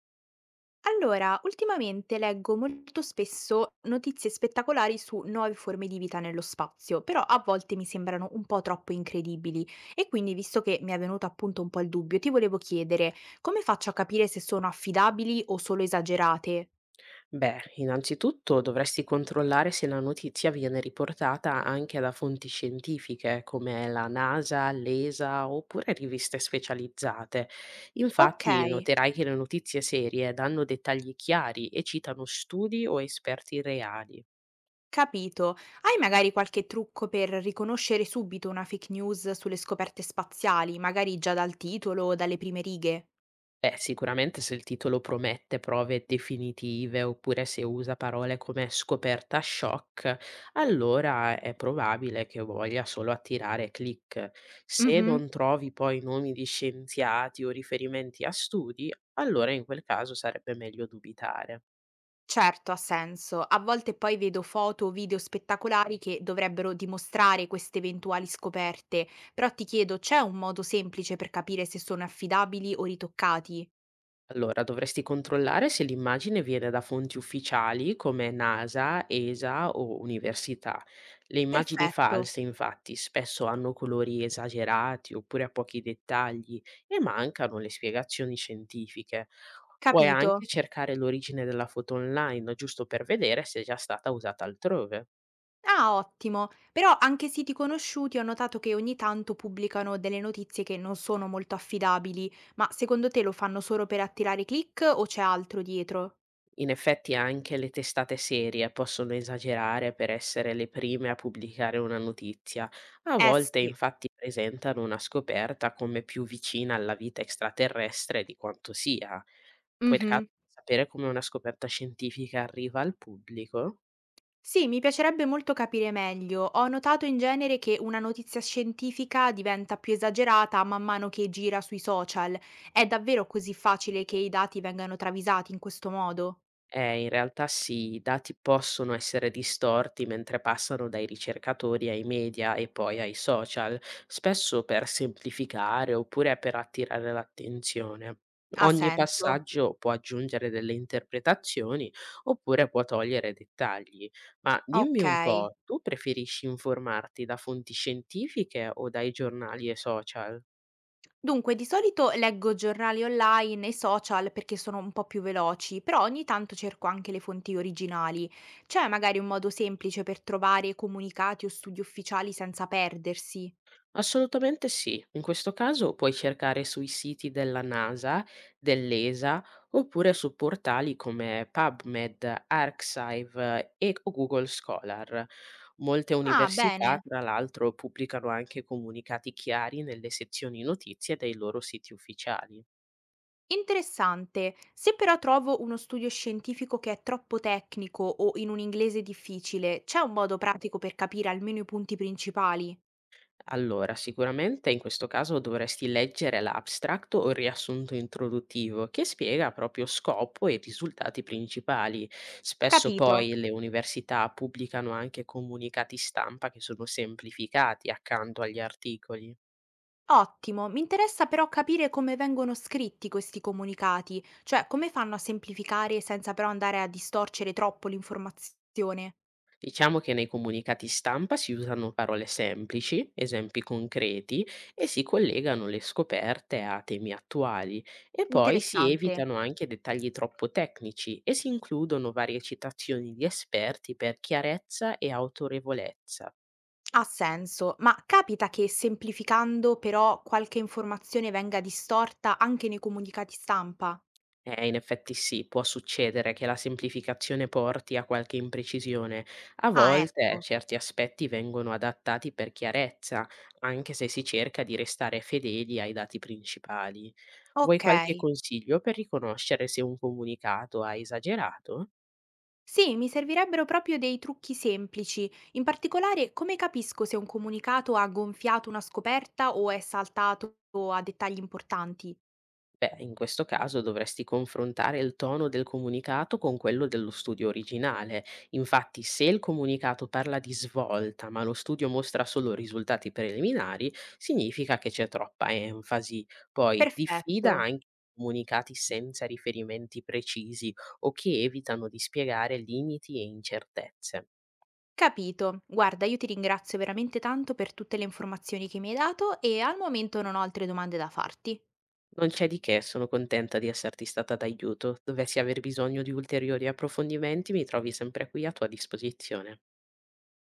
Allora, ultimamente leggo molto spesso notizie spettacolari su nuove forme di vita nello spazio, però a volte mi sembrano un po' troppo incredibili e quindi, visto che mi è venuto appunto un po' il dubbio, ti volevo chiedere come faccio a capire se sono affidabili o solo esagerate? Beh, innanzitutto dovresti controllare se la notizia viene riportata anche da fonti scientifiche come la NASA, l'ESA oppure riviste specializzate. Ok, Infatti, noterai che le notizie serie danno dettagli chiari e citano studi o esperti reali. capito. Hai magari qualche trucco per riconoscere subito una fake news sulle scoperte spaziali, magari già dal titolo o dalle prime righe? Beh, sicuramente se il titolo promette prove definitive oppure se usa parole come scoperta shock, allora è probabile che voglia solo attirare click. Se non Mhm. trovi poi nomi di scienziati o riferimenti a studi, allora in quel caso sarebbe meglio dubitare. Certo, ha senso. A volte poi vedo foto o video spettacolari che dovrebbero dimostrare queste eventuali scoperte, però ti chiedo, c'è un modo semplice per capire se sono affidabili o ritoccati? Allora, dovresti controllare se l'immagine viene da fonti ufficiali come NASA, ESA o università. Le immagini Perfetto, false, infatti, spesso hanno colori esagerati oppure a pochi dettagli e mancano le spiegazioni scientifiche. Puoi capito. anche cercare l'origine della foto online, giusto per vedere se è già stata usata altrove. Ah, ottimo. Però anche siti conosciuti ho notato che ogni tanto pubblicano delle notizie che non sono molto affidabili, ma secondo te lo fanno solo per attirare click o c'è altro dietro? In effetti anche le testate serie possono esagerare per essere le prime a pubblicare una notizia. A Eh volte sì. infatti presentano una scoperta come più vicina alla vita extraterrestre di quanto sia. Puoi per caso Mhm. sapere come una scoperta scientifica arriva al pubblico? Sì, mi piacerebbe molto capire meglio. Ho notato in genere che una notizia scientifica diventa più esagerata man mano che gira sui social. È davvero così facile che i dati vengano travisati in questo modo? In realtà sì, i dati possono essere distorti mentre passano dai ricercatori ai media e poi ai social, spesso per semplificare oppure per attirare l'attenzione. Ha Ogni senso. passaggio può aggiungere delle interpretazioni oppure può togliere dettagli. Ma dimmi Ok. un po', tu preferisci informarti da fonti scientifiche o dai giornali e social? Dunque, di solito leggo giornali online e social perché sono un po' più veloci, però ogni tanto cerco anche le fonti originali. C'è magari un modo semplice per trovare comunicati o studi ufficiali senza perdersi? Assolutamente sì. In questo caso puoi cercare sui siti della NASA, dell'ESA oppure su portali come PubMed, Arxiv, o Google Scholar. Molte Ah, università, bene. tra l'altro, pubblicano anche comunicati chiari nelle sezioni notizie dei loro siti ufficiali. Interessante. Se però trovo uno studio scientifico che è troppo tecnico o in un inglese difficile, c'è un modo pratico per capire almeno i punti principali? Allora, sicuramente in questo caso dovresti leggere l'abstract o il riassunto introduttivo che spiega proprio scopo e risultati principali. Spesso Capito. poi le università pubblicano anche comunicati stampa che sono semplificati accanto agli articoli. Ottimo. Mi interessa però capire come vengono scritti questi comunicati, cioè come fanno a semplificare senza però andare a distorcere troppo l'informazione. Diciamo che nei comunicati stampa si usano parole semplici, esempi concreti e si collegano le scoperte a temi attuali, e poi si Interessante. evitano anche dettagli troppo tecnici e si includono varie citazioni di esperti per chiarezza e autorevolezza. Ha senso, ma capita che semplificando però qualche informazione venga distorta anche nei comunicati stampa? In effetti sì, può succedere che la semplificazione porti a qualche imprecisione. A Ah, volte ecco. certi aspetti vengono adattati per chiarezza, anche se si cerca di restare fedeli ai dati principali. Vuoi Ok. qualche consiglio per riconoscere se un comunicato ha esagerato? Sì, mi servirebbero proprio dei trucchi semplici, in particolare come capisco se un comunicato ha gonfiato una scoperta o è saltato a dettagli importanti. Beh, in questo caso dovresti confrontare il tono del comunicato con quello dello studio originale. Infatti, se il comunicato parla di svolta, ma lo studio mostra solo risultati preliminari, significa che c'è troppa enfasi. Poi Perfetto, diffida anche comunicati senza riferimenti precisi o che evitano di spiegare limiti e incertezze. capito. Guarda, io ti ringrazio veramente tanto per tutte le informazioni che mi hai dato e al momento non ho altre domande da farti. Non c'è di che, sono contenta di esserti stata d'aiuto. Dovessi aver bisogno di ulteriori approfondimenti, mi trovi sempre qui a tua disposizione.